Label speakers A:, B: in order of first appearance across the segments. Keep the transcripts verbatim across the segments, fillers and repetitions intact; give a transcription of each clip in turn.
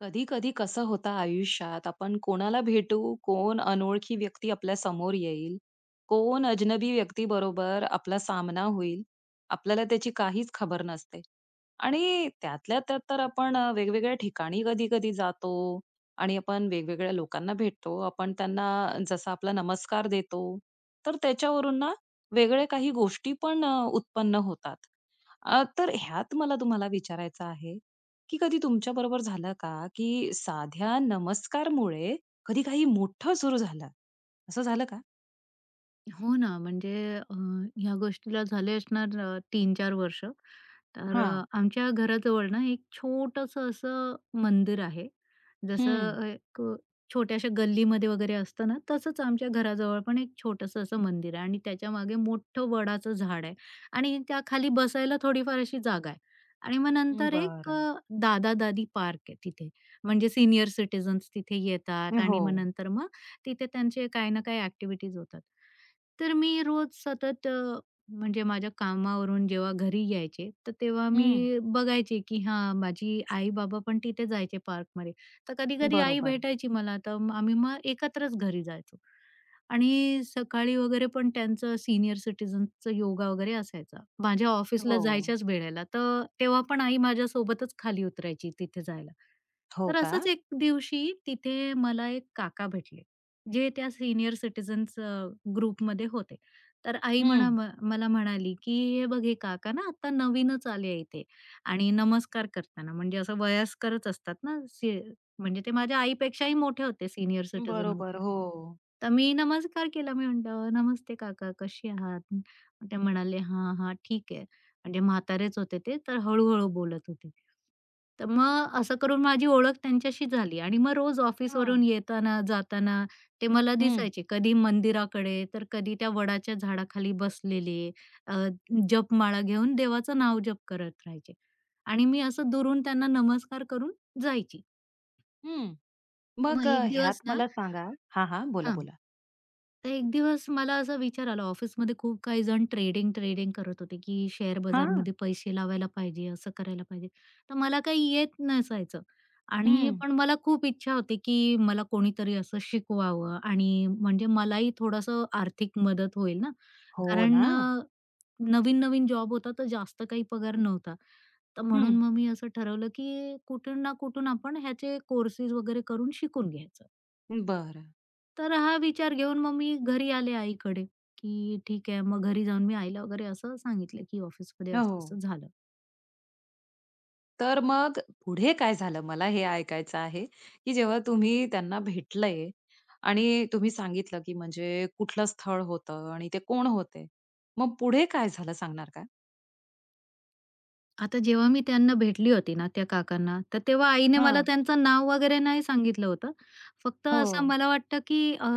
A: कधी-कधी कसं होतं आयुष्यात, आपण कोणाला भेटू, कोण अनोळखी व्यक्ती आपल्या समोर येईल, कोण अजनबी व्यक्तीबरोबर आपला सामना होईल, आपल्याला त्याची काहीच खबर नसते. आणि त्यातल्या त्यात तर आपण अ, वेगवेगळ्या ठिकाणी कधी-कधी जातो आणि आपण वेगवेगळ्या लोकांना भेटतो. आपण त्यांना जसा आपला नमस्कार देतो, तर त्याच्यावरून ना वेगळ्या काही गोष्टी पण अ, उत्पन्न होतात. अ, तर ह्यात मला तुम्हाला विचारायचं आहे, की कधी तुमच्याबरोबर झालं का, की साध्या नमस्कारमुळे कधी काही मोठं सुरू झालं? असं झालं का?
B: हो ना, म्हणजे अ, ह्या गोष्टीला झाले असणार अ, तीन चार वर्ष. तर अ,
A: हां.
B: आमच्या घराजवळ ना एक छोटंसं असं मंदिर आहे. जसं
A: हं.
B: अ, क छोट्याशा गल्लीमध्ये वगैरे असतं ना, तसंच आमच्या घराजवळ पण एक छोटंसं असं मंदिर आहे आणि त्याच्या मागे मोठं वडाचं झाड आहे आणि त्या खाली बसायला थोडीफार अशी जागा आहे. आणि मग नंतर एक
A: बरं.
B: दादा-दादी पार्क आहे तिथे. म्हणजे सीनियर सिटिझन्स तिथे येतात
A: हो.
B: आणि मग नंतर मग तिथे त्यांचे काही ना काही ॲक्टिव्हिटीज होतात. तर मी रोज सतत अ, म्हणजे माझ्या कामावरून जेव्हा घरी यायचे, तर तेव्हा
A: हं.
B: मी बघायचे की हां, माझी आई-बाबा पण तिथे जायचे पार्कमध्ये. तर कधी-कधी आई
A: बरोबर.
B: भेटायची मला, तर म- आम्ही मग एकत्रच घरी जायचो. आणि सकाळी वगैरे पण त्यांचं सीनियर सिटिझन्सचं योगा वगैरे असायचा. माझ्या ऑफिसला
A: हो.
B: जायच्याच वेळेला, तर तेव्हा पण आई माझ्यासोबतच खाली उतरायची तिथे जायला.
A: हो
B: तर
A: का?
B: असंच एक दिवशी तिथे मला एक काका भेटले, जे त्या सीनियर सिटिझन्स ग्रुपमध्ये होते. तर आई म्हणा
A: हं.
B: म मला म्हणाली, की "हे बघ हे काका ना आता नवीनच आले आहे इथे आणि नमस्कार करताना." म्हणजे असं वयस्करच असतात ना, म्हणजे ते माझ्या आईपेक्षाही मोठे होते, सीनियर सिटिझन होते
A: बरोबर.
B: ते.
A: हो.
B: तर मी नमस्कार केला. मी म्हटलं, "नमस्ते काका, कसे आहात?" मग ते म्हणाले, "हां, हां, ठीक आहे." म्हणजे म्हातारेच होते ते, तर हळू-हळू बोलत होते. तर मग असं करून माझी ओळख त्यांच्याशी झाली आणि मग रोज
A: हां.
B: ऑफिसवरून येताना, जाताना ते मला
A: हं.
B: दिसायचे. कधी मंदिराकडे, तर कधी त्या वडाच्या झाडाखाली बसलेले, अ, जपमाळा घेऊन देवाचं नाव जप करत राहायचे आणि मी असं दुरून त्यांना नमस्कार करून जायची.
A: हं. मग
B: मग
A: अ,
B: एक
A: ह्यात
B: दिवस ना
A: मला सांगा हां, हां. बोला,
B: हां.
A: बोला.
B: तर एक दिवस मला असा विचार आला ऑफिसमध्ये खूप काही जण ट्रेडिंग, ट्रेडिंग करत होते, की शेअर
A: हां.
B: बाजारमध्ये पैसे लावायला पाहिजे, असं करायला पाहिजे. तर मला काही येत नसायचं आणि
A: हं.
B: पण मला खूप इच्छा होती, की मला कोणीतरी असं शिकवावं आणि म्हणजे मलाही थोडंसं आर्थिक मदत होईल ना.
A: हो
B: कारण
A: ना?
B: अ, नवीन-नवीन जॉब होता, तर जास्त काही पगार नव्हता. तर
A: हं.
B: म्हणून मग मी असं ठरवलं, की कुठून ना कुठून आपण ह्याचे कोर्सेस वगैरे करून शिकून घ्यायचं.
A: बरं.
B: तर हा विचार घेऊन मग मी घरी आले आईकडे, की ठीक आहे. मग घरी जाऊन मी आईला वगैरे असं सांगितलं, की ऑफिसमध्ये
A: हो.
B: असं-असं झालं.
A: तर मग पुढे काय झालं? मला हे ऐकायचं आहे, की जेव्हा तुम्ही त्यांना भेटलंय आणि तुम्ही सांगितलं, की म्हणजे कुठलं स्थळ होतं आणि ते कोण होते? मग पुढे काय झालं सांगणार का?
B: आता जेव्हा मी त्यांना भेटली होती ना, त्या काकांना, तर तेव्हा आईने मला
A: हां.
B: त्यांचं नाव वगैरे नाही सांगितलं होतं. फक्त
A: हो,
B: असं मला वाटतं, की अ,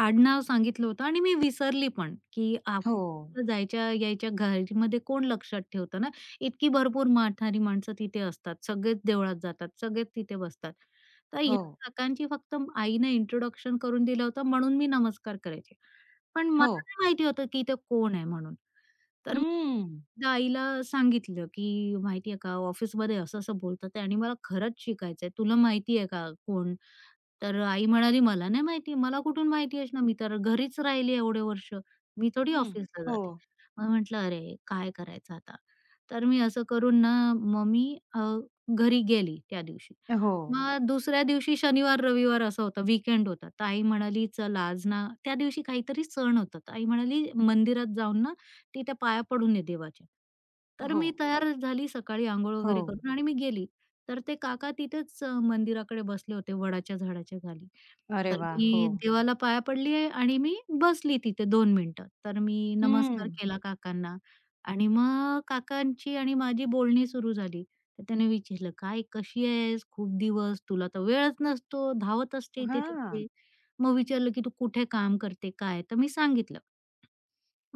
B: आडनाव सांगितलं होतं आणि मी विसरली पण, की आप
A: हो,
B: जायच्या-यायच्या घरामध्ये कोण लक्षात ठेवतं ना? इतकी भरपूर म्हातारी माणसं तिथे असतात. सगळेच देवळात जातात, सगळेच तिथे बसतात. तर ह्या
A: हो,
B: काकांची फक्त आईने इंट्रोडक्शन करून दिलं होतं, म्हणून मी नमस्कार करायचे. पण
A: हो.
B: मला नाही माहिती होतं की ते कोण आहे म्हणून. तर
A: हं,
B: मग आईला सांगितलं की "माहिती आहे का, ऑफिसमध्ये असं-असं बोलतात आहे आणि मला खरंच शिकायचं तुला माहिती आहे का कोण?" तर आई म्हणाली, "मला नाही माहिती. मला कुठून माहिती असणार? मी तर घरीच राहिली एवढे वर्ष. मी थोडी
A: हं.
B: ऑफिसला
A: हो,
B: जाते." मग म्हटलं, "अरे, काय करायचं आता?" तर मी असं करून ना मग अ, घरी गेली त्या दिवशी.
A: हो,
B: मग दुसऱ्या दिवशी शनिवार, रविवार असं होतं, वीकेंड होता. तर आई म्हणाली, "चल आज ना." त्या दिवशी काहीतरी सण होता. तर आई म्हणाली, "मंदिरात जाऊन ना, तिथे पाया पडून ये देवाच्या." तर
A: हो,
B: मी तयार झाली सकाळी अंघोळ
A: हो.
B: वगैरे करून आणि मी गेली. तर ते काका तिथेच अ, मंदिराकडे बसले होते वडाच्या झाडाच्या खाली.
A: अरे
B: तर
A: वाह!
B: मी
A: हो.
B: देवाला पाया पडली आहे आणि मी बसली तिथे दोन मिनिटं. तर मी
A: हं.
B: नमस्कार केला काकांना आणि मग काकांची आणि माझी बोलणी सुरू झाली. तर त्याने विचारलं, "काय कशी आहेस? खूप दिवस तुला तर वेळच नसतो, धावत असते
A: हां.
B: इथे-तिथे." मग विचारलं, "की तू कुठे काम करते? काय?" तर मी सांगितलं.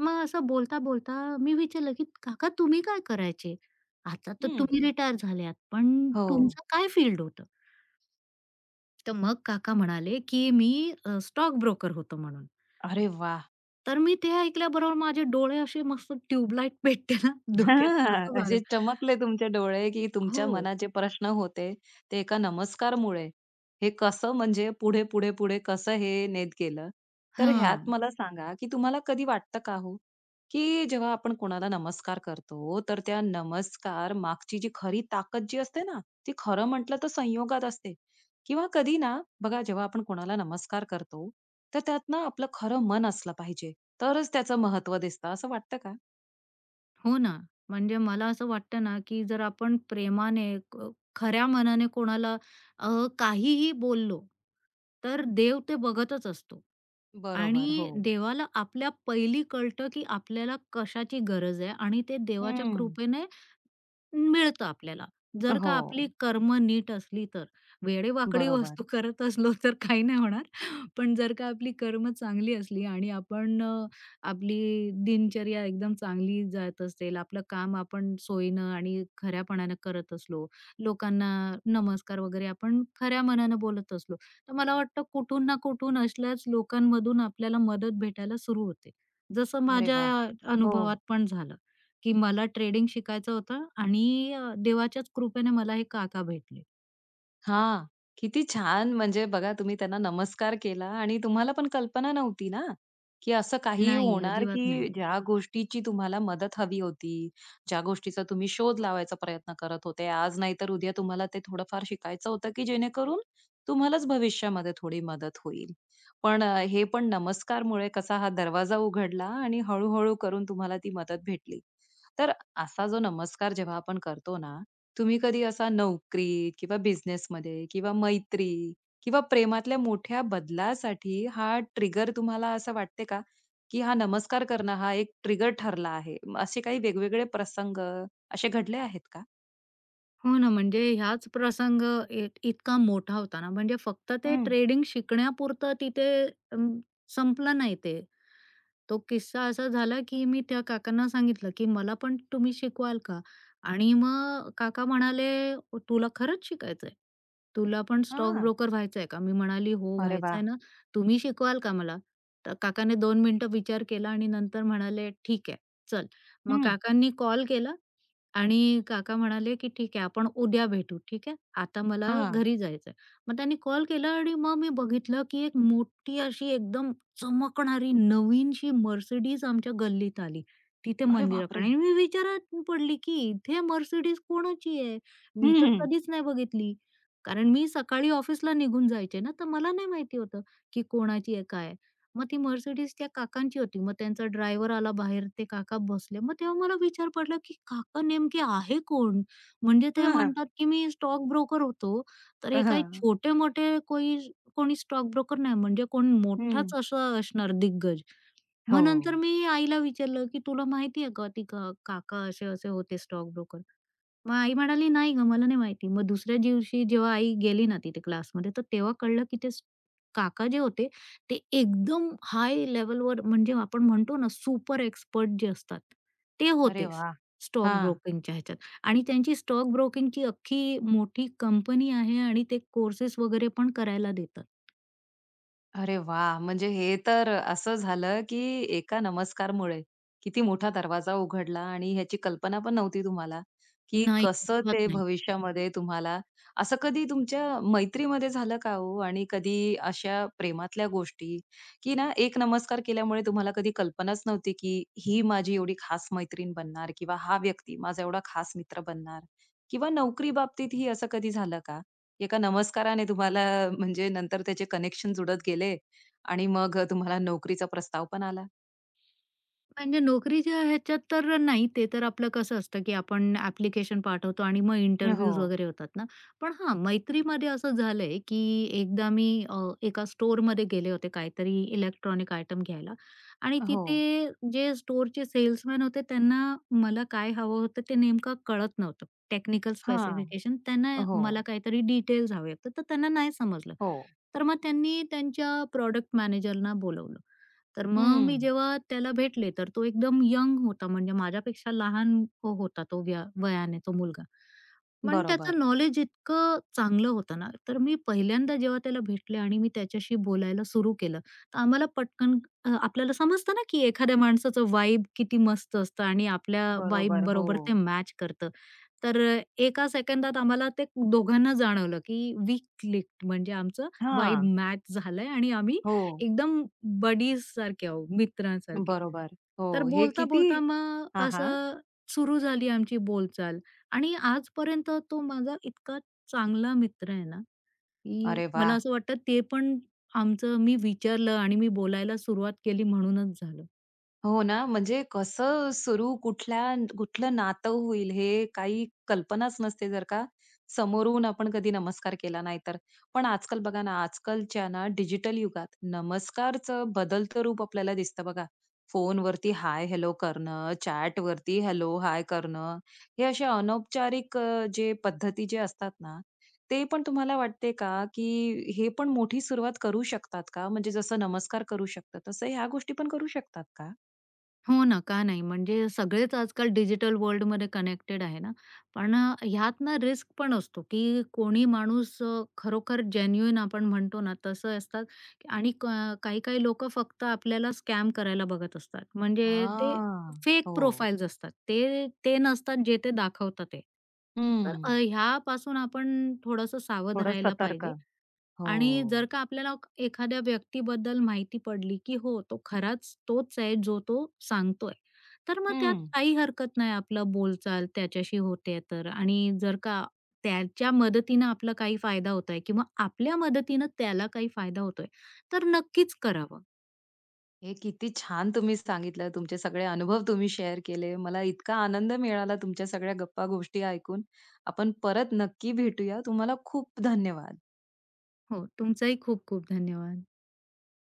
B: मग असं बोलता-बोलता मी विचारलं, "की काका तुम्ही काय करायचे? आता तर
A: हं.
B: तुम्ही रिटायर झाल्यात, पण
A: हो.
B: तुमचं काय फील्ड होतं?" तर मग काका म्हणाले, की मी स्टॉक ब्रोकर होतो म्हणून.
A: अरे वाह!
B: तर मी ते ऐकल्याबरोबर माझे डोळे असे मस्त ट्यूबलाईट पेटते ना डोक्यात
A: हां,
B: तसं
A: असे
B: झालं.
A: चमकले तुमचे डोळे, की तुमच्या
B: हो.
A: मनात जे प्रश्न होते, ते एका नमस्कारमुळे हे कसं म्हणजे पुढे, पुढे, पुढे कसं हे नेत गेलं? तर ह्यात
B: हां.
A: मला सांगा, की तुम्हाला कधी वाटतं का हो, की जेव्हा आपण कोणाला नमस्कार करतो, तर त्या नमस्कार मागची जी खरी ताकद जी असते ना, ती खरं म्हटलं तर संयोगात असते किंवा कधी ना बघा, जेव्हा आपण कोणाला नमस्कार करतो, तर त्यात ना आपलं खरं मन असलं पाहिजे, तरच त्याचं महत्त्व दिसतं, असं वाटतं का?
B: हो ना. म्हणजे मला असं वाटतं ना, की जर आपण प्रेमाने क खऱ्या मनाने कोणाला अ, काहीही बोललो, तर देव ते बघतच असतो.
A: बरोबर, हो.
B: आणि देवाला आपल्या पहिली कळतं, की आपल्याला कशाची गरज आहे आणि ते देवाच्या
A: हं.
B: कृपेने मिळतं आपल्याला. जर का
A: हो.
B: आपली कर्म नीट असली तर. वेडेवाकडी
A: बरोबर.
B: वस्तू करत असलो तर काही नाही होणार. पण जर का आपली कर्म चांगली असली आणि आपण अ, आपली दिनचर्या एकदम चांगली जात असेल, आपलं काम आपण सोयीनं आणि खऱ्यापणानं करत असलो, लोकांना नमस्कार वगैरे आपण खऱ्या मनानं बोलत असलो, तर मला वाटतं कुठून ना कुठून असल्याच लोकांमधून आपल्याला मदत भेटायला सुरू होते. जसं
A: अरे
B: माझ्या
A: वाह! हो.
B: अनुभवात पण झालं. की मला ट्रेडिंग शिकायचं होतं आणि अ, देवाच्याच कृपेने मला हे काका भेटले.
A: हां. किती छान! म्हणजे बघा तुम्ही त्यांना नमस्कार केला आणि तुम्हाला पण कल्पना नव्हती ना, की असं काही
B: नाही,
A: होणार,
B: अजिबात
A: की
B: नाही.
A: ज्या गोष्टीची तुम्हाला मदत हवी होती, ज्या गोष्टीचा तुम्ही शोध लावायचा प्रयत्न करत होते, आज नाहीतर उद्या तुम्हाला ते थोडंफार शिकायचं होतं, की जेणेकरून तुम्हालाच भविष्यामध्ये थोडी मदत होईल. पण अ, हे पण नमस्कारमुळे कसा हा दरवाजा उघडला आणि हळू करून तुम्हाला ती मदत भेटली. तर असा जो नमस्कार जेव्हा आपण करतो ना, तुम्ही कधी असा नोकरी किंवा बिझनेसमध्ये किंवा मैत्री किंवा प्रेमातल्या मोठ्या बदलासाठी हा ट्रिगर तुम्हाला असं वाटते का, की हा नमस्कार करणं हा एक ट्रिगर ठरला आहे? म असे काही वेगवेगळे प्रसंग असे घडले आहेत का?
B: हो ना, म्हणजे ह्याच प्रसंग इत इतका मोठा होता ना, म्हणजे फक्त ते
A: हं.
B: ट्रेडिंग शिकण्यापुरतं तिथे अं, संपलं नाही ते. तो किस्सा असा झाला, की मी त्या काकांना सांगितलं, की "मला पण तुम्ही शिकवाल का?" आणि मग काका म्हणाले, "ओ, तुला खरंच शिकायचंय? तुला पण स्टॉक
A: हां.
B: ब्रोकर व्हायचंय का?" मी म्हणाली, "हो,
A: अरे वाह!
B: व्हायचंय ना. तुम्ही शिकवाल का मला?" तर काकाने दोन मिनिटं विचार केला आणि नंतर म्हणाले, "ठीक आहे, चल." मग
A: हं.
B: काकांनी कॉल केला आणि काका म्हणाले, की "ठीक आहे, आपण उद्या भेटू." ठीक आहे. आता मला
A: हां.
B: घरी जायचंय. मग त्यांनी कॉल केला आणि मग मी बघितलं, की एक मोठी अशी एकदम चमकणारी नवीनशी Mercedes आमच्या गल्लीत आली. तिथे
A: अरे
B: मंदिराकडे
A: बापरे!
B: आणि मी विचारात पडली, की "इथे Mercedes कोणाची आहे? मी तर
A: हं.
B: कधीच नाही बघितली." कारण मी सकाळी ऑफिसला निघून जायचे ना, तर मला नाही माहिती होतं, की कोणाची आहे काय आहे. मग ती Mercedes त्या काकांची होती. मग त्यांचा ड्रायव्हर आला बाहेर, ते काका बसले. मग तेव्हा मला विचार पडला, की काका नेमके आहे कोण? म्हणजे ते
A: हां.
B: म्हणतात, की मी स्टॉक ब्रोकर होतो. तर हे काही
A: हं.
B: छोटे-मोठे कोई कोणी कोणी स्टॉक ब्रोकर नाही, म्हणजे कोण
A: हं.
B: मोठाच असं असणार दिग्गज. मग
A: हो.
B: नंतर मी आईला विचारलं, की "तुला माहिती आहे का, ती का काका असे-असे होते स्टॉक ब्रोकर?" मग आई म्हणाली, "नाही गं, मला नाही माहिती." मग दुसऱ्या दिवशी जेव्हा आई गेली ना तिथे क्लासमध्ये, तर तेव्हा कळलं की ते स काका जे होते, ते एकदम हाय लेव्हलवर म्हणजे आपण म्हणतो ना सुपर एक्सपर्ट जे असतात, ते
A: अरे
B: होते
A: वाह!
B: स्टॉक
A: हां.
B: ब्रोकिंगच्या ह्याच्यात. आणि त्यांची स्टॉक ब्रोकिंगची अख्खी मोठी कंपनी आहे आणि ते कोर्सेस वगैरे पण करायला देतात.
A: अरे वाह! म्हणजे हे तर असं झालं, की एका नमस्कारमुळे किती मोठा दरवाजा उघडला आणि ह्याची कल्पना पण नव्हती तुम्हाला, की
B: नाही,
A: कसं
B: अजिबात
A: ते
B: नाही.
A: भविष्यामध्ये तुम्हाला असं कधी तुमच्या मैत्रीमध्ये झालं का हो? आणि कधी अशा प्रेमातल्या गोष्टी, की ना एक नमस्कार केल्यामुळे तुम्हाला कधी कल्पनाच नव्हती, की ही माझी एवढी खास मैत्रीण बनणार किंवा हा व्यक्ती माझा एवढा खास मित्र बनणार किंवा नोकरी बाबतीतही असं कधी झालं का? एका नमस्काराने तुम्हाला म्हणजे नंतर त्याचे कनेक्शन जुडत गेले आणि मग तुम्हाला नोकरीचा प्रस्ताव पण आला.
B: म्हणजे नोकरीच्या ह्याच्यात तर नाही. ते तर आपलं कसं असतं, की आपण ॲप्लिकेशन पाठवतो आणि मग इंटरव्ह्यूज
A: हो,
B: वगैरे होतात ना. पण हां, मैत्रीमध्ये असं झालंय, की एकदा मी अ, एका स्टोअरमध्ये गेले होते काहीतरी इलेक्ट्रॉनिक आयटम घ्यायला आणि
A: हो.
B: तिथे जे स्टोअरचे सेल्समन होते त्यांना मला काय हवं होतं ते नेमकं कळत नव्हतं. टेक्निकल
A: हां.
B: स्पेसिफिकेशन त्यांना
A: हो,
B: मला काहीतरी डिटेल्स हवे होते, तर त्यांना नाही समजलं.
A: हो.
B: तर मग त्यांनी त्यांच्या प्रॉडक्ट मॅनेजरना बोलावलं. तर मग मी
A: हं,
B: जेव्हा त्याला भेटले, तर तो एकदम यंग होता, म्हणजे माझ्यापेक्षा लहान हो होता तो व्या वयाने तो मुलगा. पण
A: बरोबर.
B: त्याचं नॉलेज इतकं चांगलं होतं ना, तर मी पहिल्यांदा जेव्हा त्याला भेटले आणि मी त्याच्याशी बोलायला सुरू केलं, तर आम्हाला पटकन अ, आपल्याला समजतं ना, की एखाद्या माणसाचं वाइब किती मस्त असतं आणि आपल्या वाइब
A: बरोबर. हो.
B: बरोबर ते मॅच करतं. तर एका सेकंदात आम्हाला ते दोघांना जाणवलं, की वी क्लिक्ड म्हणजे आमचं वाइब
A: हां.
B: मॅच झालंय आणि आम्ही
A: हो.
B: एकदम बडीज सारखे आहोत, मित्रांसारखे.
A: बरोबर. हो,
B: तर
A: हे किती
B: बोलता-बोलता मग
A: हां, हां.
B: असं सुरू झाली आमची बोलचाल आणि आजपर्यंत तो माझा इतका चांगला मित्र आहे ना, की
A: अरे
B: मला
A: वाह!
B: असं वाटतं ते पण आमचं मी विचारलं आणि मी बोलायला सुरुवात केली म्हणूनच झालं.
A: हो ना, म्हणजे कसं सुरू कुठल्या कुठलं नातं होईल हे काही कल्पनाच नसते जर का समोरून आपण कधी नमस्कार केला नाही तर. पण आजकाल बघा ना, आजकालच्या ना डिजिटल युगात नमस्कारचं बदलतं रूप आपल्याला दिसतं बघा. फोनवरती हाय, हेल्लो करणं, चॅटवरती हेल्लो, हाय करणं, हे असे अनौपचारिक अ, जे पद्धती जे असतात ना, ते पण तुम्हाला वाटते का, की हे पण मोठी सुरुवात करू शकतात का? म्हणजे जसं नमस्कार करू शकतात, तसं ह्या गोष्टी पण करू शकतात का?
B: हो ना, का नाही? म्हणजे सगळेच आजकाल डिजिटल वर्ल्डमध्ये कनेक्टेड आहे ना. पण अ, ह्यात ना रिस्क पण असतो, की कोणी माणूस अ, खरोखर जेन्युइन आपण म्हणतो ना, तसं असतात आणि क काही-काही लोकं फक्त आपल्याला स्कॅम करायला बघत असतात. म्हणजे ते
A: हां.
B: फेक
A: हो.
B: प्रोफाइल्स असतात. ते ते नसतात जे ते दाखवतात ते. तर
A: हं.
B: अ, ह्यापासून आपण थोडंसं सावध
A: थोडं
B: राहायला
A: सतर्क.
B: पाहिजे.
A: हो.
B: आणि जर का आपल्याला क- एखाद्या व्यक्तीबद्दल माहिती पडली, की हो, तो खराच तोच आहे जो तो सांगतोय. तर मग त्यात
A: हं.
B: काही हरकत नाही आपलं बोलचाल त्याच्याशी होते तर आणि जर का त्याच्या मदतीनं आपला काही फायदा होतोय किंवा आपल्या मदतीनं त्याला काही फायदा होतोय, तर नक्कीच करावं.
A: हे किती छान तुम्ही सांगितलं. तुमचे सगळे अनुभव तुम्ही शेअर केले. मला इतका आनंद मिळाला तुमच्या सगळ्या गप्पा गोष्टी ऐकून. आपण परत नक्की भेटूया. तुम्हाला खूप धन्यवाद.
B: हो, तुमचाही खूप खूप धन्यवाद.